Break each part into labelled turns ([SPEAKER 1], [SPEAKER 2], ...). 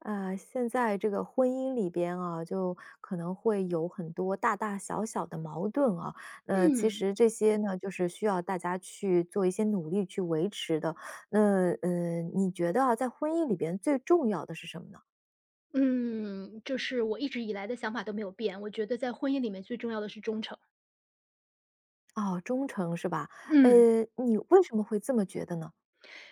[SPEAKER 1] 啊，现在这个婚姻里边啊，就可能会有很多大大小小的矛盾啊。其
[SPEAKER 2] 嗯
[SPEAKER 1] 实这些呢，就是需要大家去做一些努力去维持的。那你觉得啊，在婚姻里边最重要的是什么呢？
[SPEAKER 2] 嗯，就是我一直以来的想法都没有变。我觉得在婚姻里面最重要的是忠诚。
[SPEAKER 1] 哦，忠诚是吧？呃，
[SPEAKER 2] 嗯，
[SPEAKER 1] 你为什么会这么觉得呢？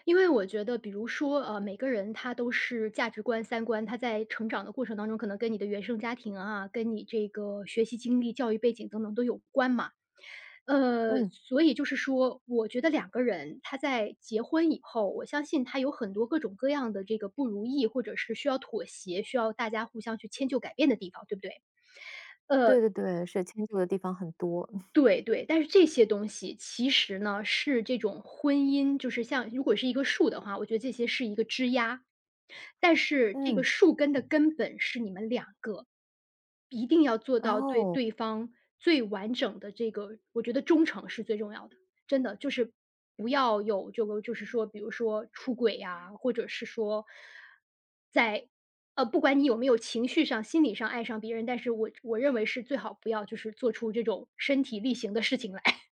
[SPEAKER 2] 因为我觉得，比如说，每个人他都是价值观、三观，他在成长的过程当中，可能跟你的原生家庭啊，跟你这个学习经历、教育背景等等都有关嘛。
[SPEAKER 1] 嗯，
[SPEAKER 2] 所以就是说，我觉得两个人他在结婚以后，我相信他有很多各种各样的这个不如意，或者是需要妥协、需要大家互相去迁就、改变的地方，对不对？
[SPEAKER 1] 对对对，是迁就的地方很多。
[SPEAKER 2] 对对，但是这些东西其实呢，是这种婚姻就是像如果是一个树的话，我觉得这些是一个枝丫，但是这
[SPEAKER 1] 嗯，
[SPEAKER 2] 个
[SPEAKER 1] 嗯
[SPEAKER 2] 树根的根本是你们两个。一定要做到对
[SPEAKER 1] 哦。
[SPEAKER 2] 对方最完整的这个我觉得忠诚是最重要的，真的，就是不要有这个就是说比如说出轨呀，或者是说在不管你有没有情绪上、心理上爱上别人，但是我认为是最好不要就是做出这种身体力行的事情来。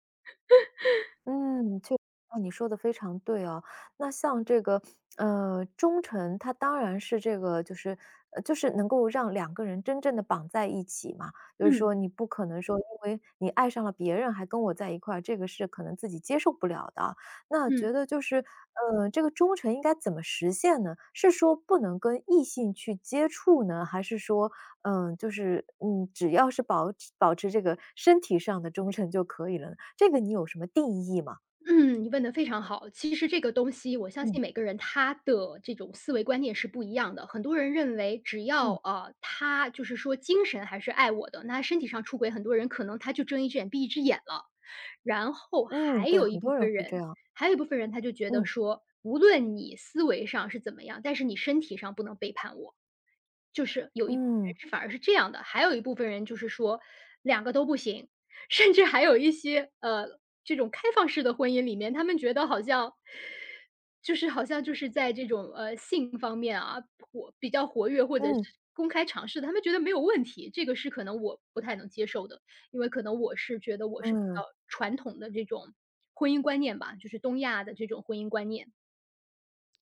[SPEAKER 1] 嗯，就哦，你说的非常对哦。那像这个，忠诚，它当然是这个就是能够让两个人真正的绑在一起嘛。就是
[SPEAKER 2] 嗯，
[SPEAKER 1] 说你不可能说因为你爱上了别人还跟我在一块儿，这个是可能自己接受不了的啊。那觉
[SPEAKER 2] 嗯。
[SPEAKER 1] 得就是，这个忠诚应该怎么实现呢？是说不能跟异性去接触呢？还是说，嗯，就是，嗯，只要是保持这个身体上的忠诚就可以了呢，这个你有什么定义吗？
[SPEAKER 2] 嗯，你问的非常好。其实这个东西，我相
[SPEAKER 1] 嗯，
[SPEAKER 2] 信每个人他的这种思维观念是不一样的。很多人认为，只要
[SPEAKER 1] 嗯，
[SPEAKER 2] 他就是说精神还是爱我的，那他身体上出轨，很多人可能他就睁一只眼闭一只眼了。然后
[SPEAKER 1] 嗯，
[SPEAKER 2] 还
[SPEAKER 1] 对，
[SPEAKER 2] 有一
[SPEAKER 1] 很
[SPEAKER 2] 部
[SPEAKER 1] 多人
[SPEAKER 2] 分
[SPEAKER 1] 会这
[SPEAKER 2] 人
[SPEAKER 1] 样，
[SPEAKER 2] 还有一部分人他就觉得
[SPEAKER 1] 嗯，
[SPEAKER 2] 说，无论你思维上是怎么样，但是你身体上不能背叛我。就是有一部分人
[SPEAKER 1] 嗯，
[SPEAKER 2] 是反而是这样的，还有一部分人就是说两个都不行，甚至还有一些这种开放式的婚姻里面，他们觉得好像就是在这种性方面啊活比较活跃或者是
[SPEAKER 1] 嗯，
[SPEAKER 2] 公开尝试的他们觉得没有问题，这个是可能我不太能接受的。因为可能我是觉得我是比较
[SPEAKER 1] 嗯。
[SPEAKER 2] 传统的这种婚姻观念吧，就是东亚的这种婚姻观念。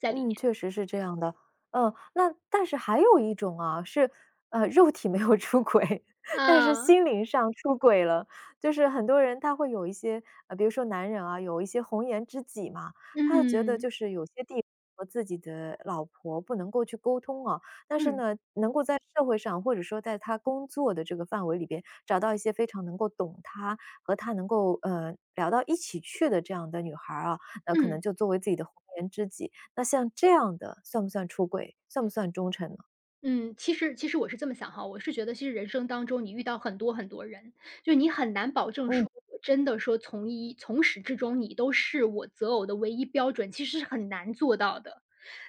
[SPEAKER 1] 嗯，确实是这样的。嗯，那但是还有一种啊，是，肉体没有出轨，但是
[SPEAKER 2] 啊，
[SPEAKER 1] 心灵上出轨了。就是很多人他会有一些，比如说男人啊，有一些红颜知己嘛，他会觉得就
[SPEAKER 2] 嗯，
[SPEAKER 1] 是有些地方和自己的老婆不能够去沟通啊，但是
[SPEAKER 2] 嗯，
[SPEAKER 1] 呢，能够在社会上或者说在他工作的这个范围里边，找到一些非常能够懂他和他能够，聊到一起去的这样的女孩儿啊，那可能
[SPEAKER 2] 嗯，
[SPEAKER 1] 就作为自己的红颜知己。那像这样的算不算出轨？算不算忠诚呢？
[SPEAKER 2] 嗯，其实我是这么想哈，我是觉得其实人生当中你遇到很多很多人，就你很难保证
[SPEAKER 1] 嗯
[SPEAKER 2] 说我真的说从始至终你都是我择偶的唯一标准，其实是很难做到的。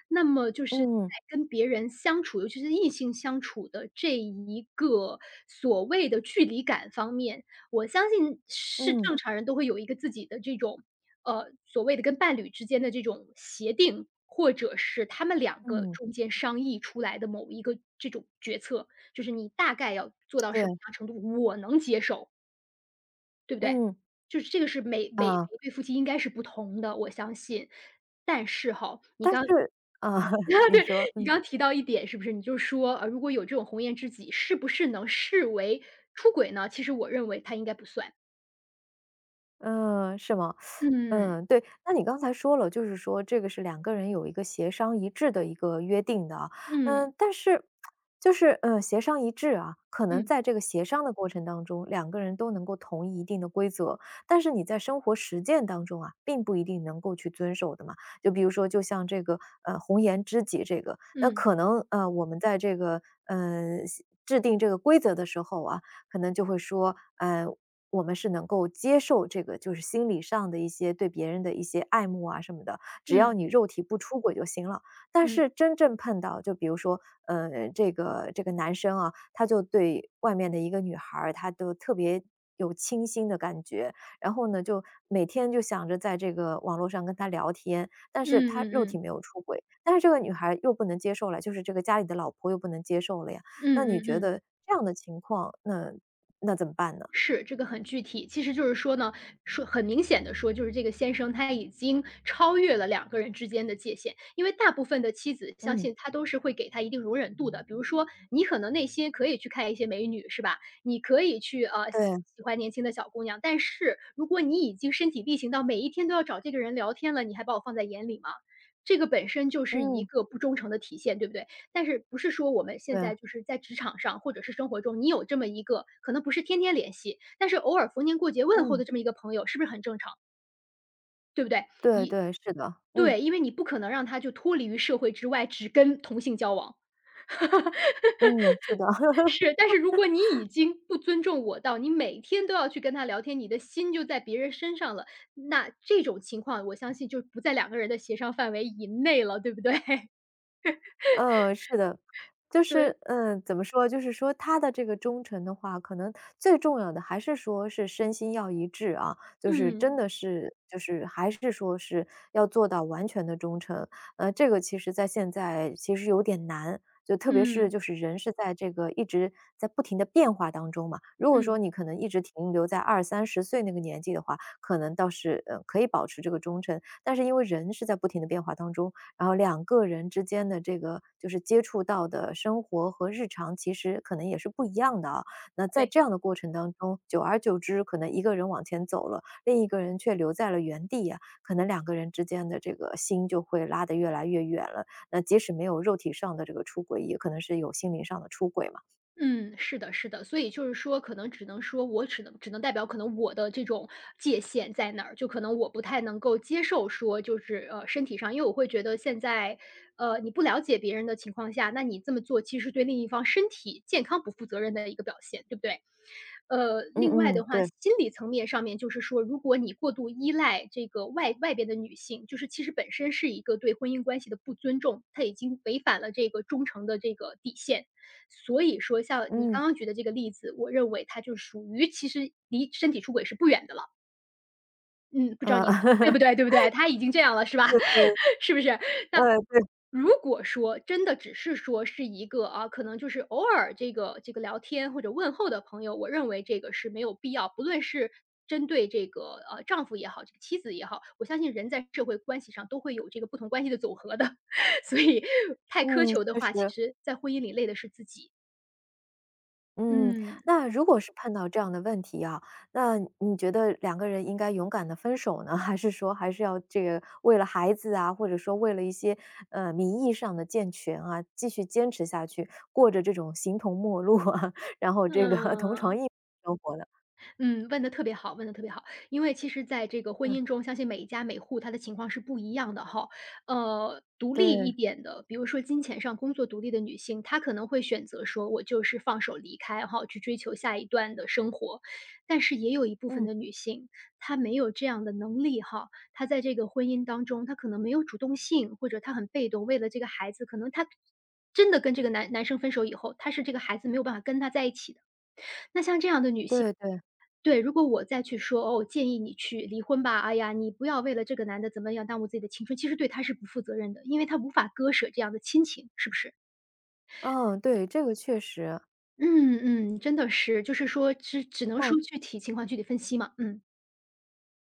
[SPEAKER 2] 那么就是在
[SPEAKER 1] 嗯
[SPEAKER 2] 跟别人相处，尤其是异性相处的这一个所谓的距离感方面，我相信是
[SPEAKER 1] 嗯
[SPEAKER 2] 正常人都会有一个自己的这种，所谓的跟伴侣之间的这种协定，或者是他们两个
[SPEAKER 1] 嗯，
[SPEAKER 2] 中间商议出来的某一个这种决策，就是你大概要做到什么
[SPEAKER 1] 对，
[SPEAKER 2] 样程度，我能接受，对不对？
[SPEAKER 1] 嗯，
[SPEAKER 2] 就是这个是每
[SPEAKER 1] 啊，
[SPEAKER 2] 一对夫妻应该是不同的，我相信。但是哈，你
[SPEAKER 1] 但
[SPEAKER 2] 刚
[SPEAKER 1] 是啊，你
[SPEAKER 2] 对，
[SPEAKER 1] 说，
[SPEAKER 2] 你
[SPEAKER 1] 嗯。
[SPEAKER 2] 刚提到一点是不是，你就说，如果有这种红颜知己，是不是能视为出轨呢？其实我认为他应该不算。
[SPEAKER 1] 嗯，是吗？
[SPEAKER 2] 嗯，
[SPEAKER 1] 嗯，对，那你刚才说了，就是说这个是两个人有一个协商一致的一个约定的啊。嗯，
[SPEAKER 2] 嗯，
[SPEAKER 1] 但是就是，协商一致啊，可能
[SPEAKER 2] 嗯，
[SPEAKER 1] 在这个协商的过程当中，两个人都能够同意一定的规则，但是你在生活实践当中啊，并不一定能够去遵守的嘛。就比如说，就像这个，红颜知己这个，那
[SPEAKER 2] 嗯，
[SPEAKER 1] 可能，我们在这个，制定这个规则的时候啊。可能就会说，我们是能够接受这个就是心理上的一些对别人的一些爱慕啊什么的，只要
[SPEAKER 2] 嗯，
[SPEAKER 1] 你肉体不出轨就行了。但
[SPEAKER 2] 嗯，
[SPEAKER 1] 是真正碰到就比如说，这个男生啊，他就对外面的一个女孩儿，他都特别有倾心的感觉，然后呢，就每天就想着在这个网络上跟他聊天，但
[SPEAKER 2] 嗯，
[SPEAKER 1] 是
[SPEAKER 2] 嗯，
[SPEAKER 1] 他肉
[SPEAKER 2] 嗯，
[SPEAKER 1] 体
[SPEAKER 2] 嗯，
[SPEAKER 1] 没有出轨，但是这个女孩又不能接受了，就是这个家里的老婆又不能接受了呀。
[SPEAKER 2] 嗯，
[SPEAKER 1] 那你
[SPEAKER 2] 嗯嗯
[SPEAKER 1] 觉
[SPEAKER 2] 嗯。
[SPEAKER 1] 得这样的情况，那怎么办呢？
[SPEAKER 2] 是，这个很具体。其实就是说呢，说很明显的说，就是这个先生他已经超越了两个人之间的界限。因为大部分的妻子，相
[SPEAKER 1] 嗯，
[SPEAKER 2] 信他都是会给他一定容忍度的。比如说，你可能内心可以去看一些美女，是吧？你可以去，喜
[SPEAKER 1] 对，
[SPEAKER 2] 喜欢年轻的小姑娘，但是如果你已经身体力行到每一天都要找这个人聊天了，你还把我放在眼里吗？这个本身就是一
[SPEAKER 1] 嗯，
[SPEAKER 2] 个不忠诚的体现，对不对？但是不是说我们现
[SPEAKER 1] 对，
[SPEAKER 2] 在就是在职场上或者是生活中，你有这么一个可能不是天天联系，但是偶尔逢年过节问候
[SPEAKER 1] 嗯，
[SPEAKER 2] 的这么一个朋友，是不是很正常？对不对？
[SPEAKER 1] 对
[SPEAKER 2] 一
[SPEAKER 1] 对，是的，嗯，
[SPEAKER 2] 对，因为你不可能让他就脱离于社会之外，只跟同性交往。
[SPEAKER 1] 嗯，是的。
[SPEAKER 2] 是，但是如果你已经不尊重我到你每天都要去跟他聊天，你的心就在别人身上了，那这种情况我相信就不在两个人的协商范围以内了，对不对？
[SPEAKER 1] 嗯，是的，就是
[SPEAKER 2] 对，
[SPEAKER 1] 怎么说，就是说他的这个忠诚的话，可能最重要的还是说是身心要一致啊，就是真
[SPEAKER 2] 嗯，
[SPEAKER 1] 的是就是还是说是要做到完全的忠诚。这个其实在现在其实有点难，就特别是
[SPEAKER 2] 嗯，
[SPEAKER 1] 就是人是在这个一直在不停的变化当中嘛，如果说
[SPEAKER 2] 嗯，
[SPEAKER 1] 你可能一直停留在二三十岁那个年纪的话，可能倒是，可以保持这个忠诚，但是因为人是在不停的变化当中，然后两个人之间的这个就是接触到的生活和日常，其实可能也是不一样的啊。那在
[SPEAKER 2] 对。
[SPEAKER 1] 这样的过程当中，久而久之，可能一个人往前走了，另一个人却留在了原地呀、可能两个人之间的这个心就会拉得越来越远了。那即使没有肉体上的这个出轨，也可能是有心灵上的出轨嘛。
[SPEAKER 2] 嗯，是的，是的，所以就是说，可能只能说我只能代表可能我的这种界限在哪儿，就可能我不太能够接受说就是身体上，因为我会觉得现在，你不了解别人的情况下，那你这么做其实对另一方身体健康不负责任的一个表现，对不对？
[SPEAKER 1] 嗯
[SPEAKER 2] 另外
[SPEAKER 1] 嗯，
[SPEAKER 2] 的话，
[SPEAKER 1] 对，
[SPEAKER 2] 心理层面上面就是说，如果你过度依赖这个外边的女性，就是其实本身是一个对婚姻关系的不尊重，它已经违反了这个忠诚的这个底线。所以说像你
[SPEAKER 1] 嗯，
[SPEAKER 2] 刚刚举的这个例子，我认为它就属于其实离身体出轨是不远的了。嗯，不知道
[SPEAKER 1] 呃，
[SPEAKER 2] 你对不对？他已经这样了是吧？
[SPEAKER 1] 对，
[SPEAKER 2] 是不是？那
[SPEAKER 1] 对，
[SPEAKER 2] 如果说真的只是说是一个啊，可能就是偶尔这个聊天或者问候的朋友，我认为这个是没有必要，不论是针对这个丈夫也好，这个妻子也好，我相信人在社会关系上都会有这个不同关系的总和的，所以太苛
[SPEAKER 1] 嗯，
[SPEAKER 2] 求的
[SPEAKER 1] 确
[SPEAKER 2] 话，其
[SPEAKER 1] 实。
[SPEAKER 2] 实在婚姻里累的是自己。
[SPEAKER 1] 嗯，
[SPEAKER 2] 嗯。
[SPEAKER 1] 那如果是碰到这样的问题啊，那你觉得两个人应该勇敢的分手呢？还是说还是要这个为了孩子啊，或者说为了一些，名义上的健全啊，继续坚持下去，过着这种形同陌路啊，然后这个 同床异
[SPEAKER 2] 嗯，
[SPEAKER 1] 梦的生活的？
[SPEAKER 2] 嗯，问的特别好，问的特别好。因为其实在这个婚
[SPEAKER 1] 嗯，
[SPEAKER 2] 姻中，相信每一家每户他的情况是不一样的哈。独立一
[SPEAKER 1] 对，
[SPEAKER 2] 点的，比如说金钱上工作独立的女性，她可能会选择说，我就是放手离开哈，去追求下一段的生活。但是也有一部分
[SPEAKER 1] 嗯，
[SPEAKER 2] 的女性，她没有这样的能力哈，她在这个婚姻当中，她可能没有主动性，或者她很被动，为了这个孩子，可能她真的跟这个男生分手以后，她是这个孩子没有办法跟他在一起的。那像这样的女性
[SPEAKER 1] 对对，
[SPEAKER 2] 对，如果我再去说，哦，建议你去离婚吧，哎呀，你不要为了这个男的怎么样耽误自己的青春，其实对他是不负责任的，因为他无法割舍这样的亲情，是不是？
[SPEAKER 1] 嗯，对，这个确实，
[SPEAKER 2] 嗯嗯，真的是，就是说只只能
[SPEAKER 1] 那
[SPEAKER 2] 说具体情况具体分析嘛，嗯，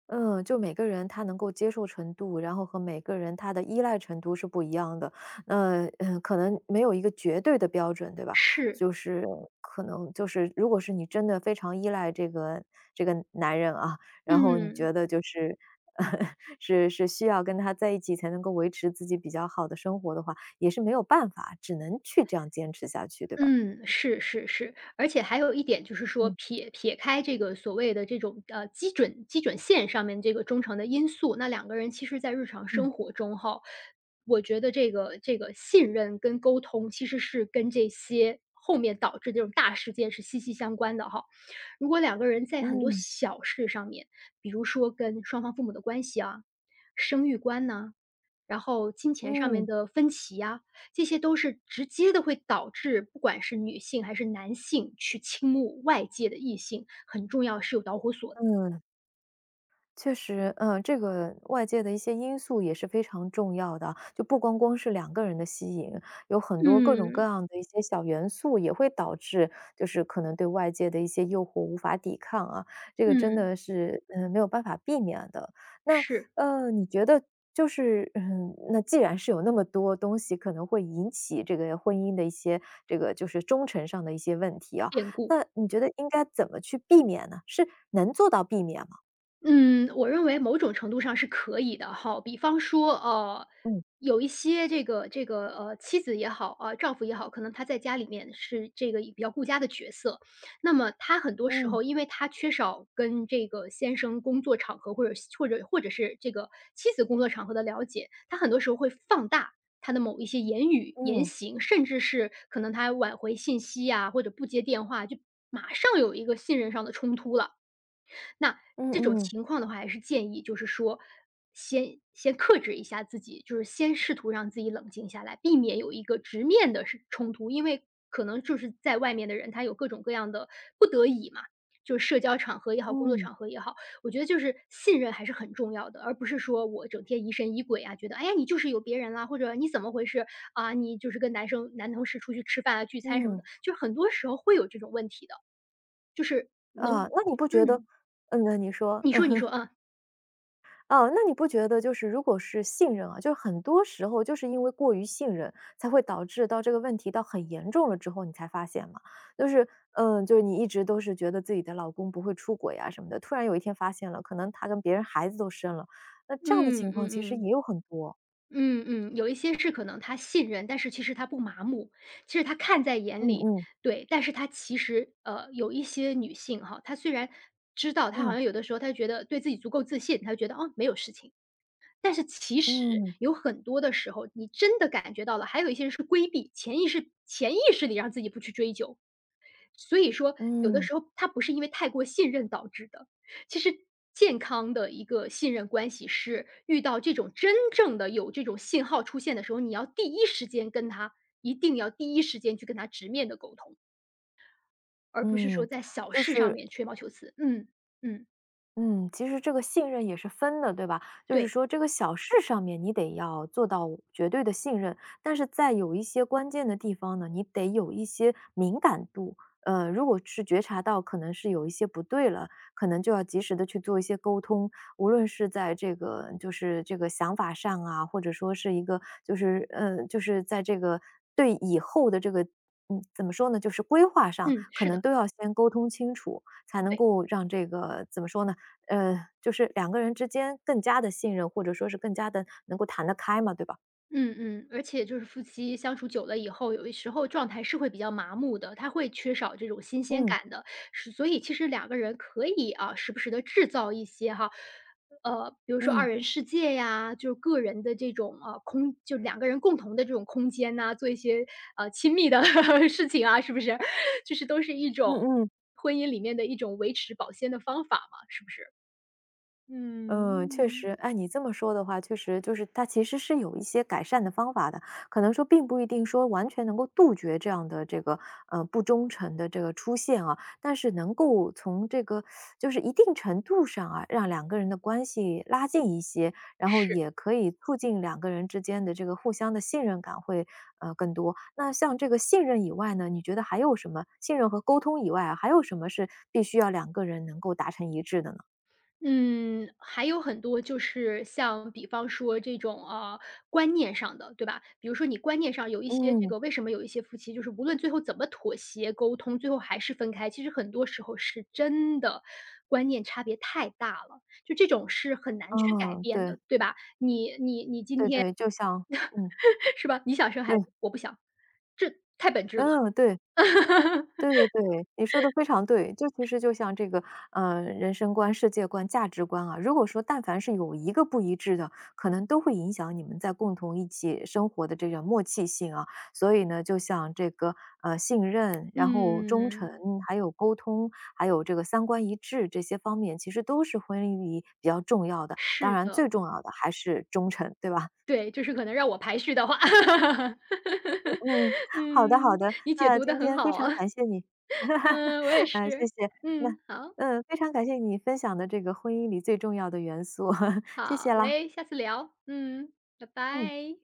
[SPEAKER 1] 嗯，就每个人他能够接受程度，然后和每个人他的依赖程度是不一样的。那，嗯，可能没有一个绝对的标准，对吧？
[SPEAKER 2] 是，
[SPEAKER 1] 就是可能就是如果是你真的非常依赖这个这个男人啊，然后你
[SPEAKER 2] 嗯。
[SPEAKER 1] 觉得就是 是是需要跟他在一起才能够维持自己比较好的生活的话，也是没有办法，只能去这样坚持下去，对吧？
[SPEAKER 2] 嗯，是是是，而且还有一点就是说，
[SPEAKER 1] 嗯
[SPEAKER 2] 撇开这个所谓的这种基准线上面这个忠诚的因素，那两个人其实在日常
[SPEAKER 1] 嗯
[SPEAKER 2] 生活中哈，我觉得这个信任跟沟通其实是跟这些后面导致这种大事件是息息相关的哈。如果两个人在很多
[SPEAKER 1] 嗯
[SPEAKER 2] 小事上面，比如说跟双方父母的关系啊、生育观呢？然后金钱上
[SPEAKER 1] 嗯
[SPEAKER 2] 面的分歧呀，这些都是直接的会导致不管是女性还是男性去倾慕外界的异性，很重要是有导火索的。
[SPEAKER 1] 嗯。确实，嗯，这个外界的一些因素也是非常重要的，就不光光是两个人的吸引，有很多各种各
[SPEAKER 2] 嗯，
[SPEAKER 1] 样的一些小元素也会导致，就是可能对外界的一些诱惑无法抵抗啊，这个真
[SPEAKER 2] 嗯，
[SPEAKER 1] 的是，嗯，没有办法避免的。那，
[SPEAKER 2] 是，
[SPEAKER 1] 你觉得就是，嗯，那既然是有那么多东西可能会引起这个婚姻的一些这个就是忠诚上的一些问题啊，
[SPEAKER 2] 变故。
[SPEAKER 1] 那你觉得应该怎么去避免呢？是能做到避免吗？
[SPEAKER 2] 嗯，我认为某种程度上是可以的哈。比方说，
[SPEAKER 1] 嗯。
[SPEAKER 2] 有一些妻子也好啊，丈夫也好，可能他在家里面是这个比较顾家的角色。那么他很多时
[SPEAKER 1] 嗯，
[SPEAKER 2] 候，因为他缺少跟先生工作场合或者是这个妻子工作场合的了解，他很多时候会放大他的某一些言语、言
[SPEAKER 1] 嗯，
[SPEAKER 2] 行，甚至是可能他挽回信息呀，或者不接电话，就马上有一个信任上的冲突了。那
[SPEAKER 1] 嗯
[SPEAKER 2] 这种
[SPEAKER 1] 嗯，
[SPEAKER 2] 情况的话，还是建议就是说，先克制一下自己，就是先试图让自己冷静下来，避免有一个直面的是冲突。因为可能就是在外面的人，他有各种各样的不得已嘛，就是社交场合也好，工作
[SPEAKER 1] 嗯，
[SPEAKER 2] 场合也好，我觉得就是信任还是很重要的，而不是说我整天疑神疑鬼啊，觉得哎呀你就是有别人啦，或者你怎么回事啊，你就是跟男生男同事出去吃饭啊、聚餐什么
[SPEAKER 1] 嗯，
[SPEAKER 2] 的，就是很多时候会有这种问题的。就是能
[SPEAKER 1] 啊，那你不觉得
[SPEAKER 2] 嗯，
[SPEAKER 1] 那你说，
[SPEAKER 2] 你说你
[SPEAKER 1] 嗯
[SPEAKER 2] 说，嗯。
[SPEAKER 1] 哦，那你不觉得就是如果是信任啊，就是很多时候就是因为过于信任，才会导致到这个问题到很严重了之后，你才发现嘛？就是嗯，就是你一直都是觉得自己的老公不会出轨啊什么的，突然有一天发现了，可能他跟别人孩子都生了，那这样的
[SPEAKER 2] 嗯
[SPEAKER 1] 情况
[SPEAKER 2] 嗯
[SPEAKER 1] 其实
[SPEAKER 2] 嗯，
[SPEAKER 1] 也有很多。
[SPEAKER 2] 嗯嗯，有一些是可能他信任，但是其实他不麻木，其实他看在眼
[SPEAKER 1] 嗯
[SPEAKER 2] 里。
[SPEAKER 1] 嗯，
[SPEAKER 2] 对，但是他其实有一些女性哈，她虽然知道，她好
[SPEAKER 1] 嗯，
[SPEAKER 2] 像有的时候她觉得对自己足够自信，她觉得哦没有事情，但是其实
[SPEAKER 1] 嗯，
[SPEAKER 2] 有很多的时候，你真的感觉到了。还有一些人是规避，潜意识里让自己不去追究。所以说，有的
[SPEAKER 1] 嗯，
[SPEAKER 2] 时候他不是因为太过信任导致的。其实健康的一个信任关系是，遇到这种真正的有这种信号出现的时候，你要第一时间跟他一定要第一时间去跟他直面的沟通，而不是说
[SPEAKER 1] 嗯，
[SPEAKER 2] 在小
[SPEAKER 1] 就
[SPEAKER 2] 事上
[SPEAKER 1] 是
[SPEAKER 2] 面吹毛求疵。嗯，嗯，
[SPEAKER 1] 嗯，其实这个信任也是分的，对吧？就是
[SPEAKER 2] 对，
[SPEAKER 1] 说这个小事上面你得要做到绝对的信任，但是在有一些关键的地方呢，你得有一些敏感度。如果是觉察到可能是有一些不对了，可能就要及时的去做一些沟通，无论是在这个就是这个想法上啊，或者说是一个就是在这个对以后的这个怎么说呢，就是规划上，
[SPEAKER 2] 嗯，
[SPEAKER 1] 可
[SPEAKER 2] 是的，
[SPEAKER 1] 能都要先沟通清楚。才能
[SPEAKER 2] 对。
[SPEAKER 1] 够让这个怎么说呢？就是两个人之间更加的信任，或者说是更加的能够谈得开嘛，对吧？
[SPEAKER 2] 嗯嗯，而且就是夫妻相处久了以后，有的时候状态是会比较麻木的，他会缺少这种新鲜
[SPEAKER 1] 嗯，
[SPEAKER 2] 感的。是所以其实两个人可以啊，时不时的制造一些哈，比如说
[SPEAKER 1] 嗯，
[SPEAKER 2] 二人世界呀，就是个人的这种，啊空就两个人共同的这种空间呐，做一些，亲密的 事情啊，是不是？就是都是一种
[SPEAKER 1] 嗯嗯。
[SPEAKER 2] 婚姻里面的一种维持保鲜的方法嘛，是不是？
[SPEAKER 1] 嗯，确
[SPEAKER 2] 嗯，
[SPEAKER 1] 实，哎，你这么说的话，确实就是它其实是有一些改善的方法的，可能说并不一定说完全能够杜绝这样的这个不忠诚的这个出现啊，但是能够从这个就是一定程度上啊，让两个人的关系拉近一些，然后
[SPEAKER 2] 是。
[SPEAKER 1] 也可以促进两个人之间的这个互相的信任感会更多。那像这个信任以外呢，你觉得还有什么？信任和沟通以外啊还有什么是必须要两个人能够达成一致的呢？
[SPEAKER 2] 嗯，还有很多就是像比方说这种，观念上的，对吧？比如说你观念上有一些这
[SPEAKER 1] 嗯。
[SPEAKER 2] 个为什么有一些夫妻就是无论最后怎么妥协沟通，最后还是分开，其实很多时候是真的观念差别太大了，就这种是很难去改
[SPEAKER 1] 嗯，
[SPEAKER 2] 变
[SPEAKER 1] 对，
[SPEAKER 2] 的，对吧？你今
[SPEAKER 1] 对
[SPEAKER 2] 天
[SPEAKER 1] 对，就像嗯，
[SPEAKER 2] 是吧，你想生孩
[SPEAKER 1] 对，
[SPEAKER 2] 子，我不想，这太本质了。
[SPEAKER 1] 嗯，对，对 对对，你说的非常对。就其实就像这个，人生观、世界观、价值观啊，如果说但凡是有一个不一致的，可能都会影响你们在共同一起生活的这个默契性啊。所以呢，就像这个，信任，然后忠诚，
[SPEAKER 2] 嗯，
[SPEAKER 1] 还有沟通，还有这个三观一致这些方面，其实都是婚姻里比较重要的，当
[SPEAKER 2] 是
[SPEAKER 1] 然
[SPEAKER 2] 的。
[SPEAKER 1] 最重要的还是忠诚，对吧？
[SPEAKER 2] 对，就是可能让我排序的话，
[SPEAKER 1] 嗯，好的好
[SPEAKER 2] 嗯，
[SPEAKER 1] 的，
[SPEAKER 2] 你解
[SPEAKER 1] 那
[SPEAKER 2] 读的
[SPEAKER 1] 今
[SPEAKER 2] 很
[SPEAKER 1] 天非
[SPEAKER 2] 好
[SPEAKER 1] 常
[SPEAKER 2] 啊，
[SPEAKER 1] 感谢你，
[SPEAKER 2] 嗯，我 也
[SPEAKER 1] 啊谢
[SPEAKER 2] 是，
[SPEAKER 1] 谢，
[SPEAKER 2] 嗯，
[SPEAKER 1] 那
[SPEAKER 2] 好，
[SPEAKER 1] 非常感谢你分享的这个婚姻里最重要的元素，谢
[SPEAKER 2] 好
[SPEAKER 1] 谢啦，
[SPEAKER 2] 嘞，下次聊，嗯，拜
[SPEAKER 1] 嗯。
[SPEAKER 2] 拜。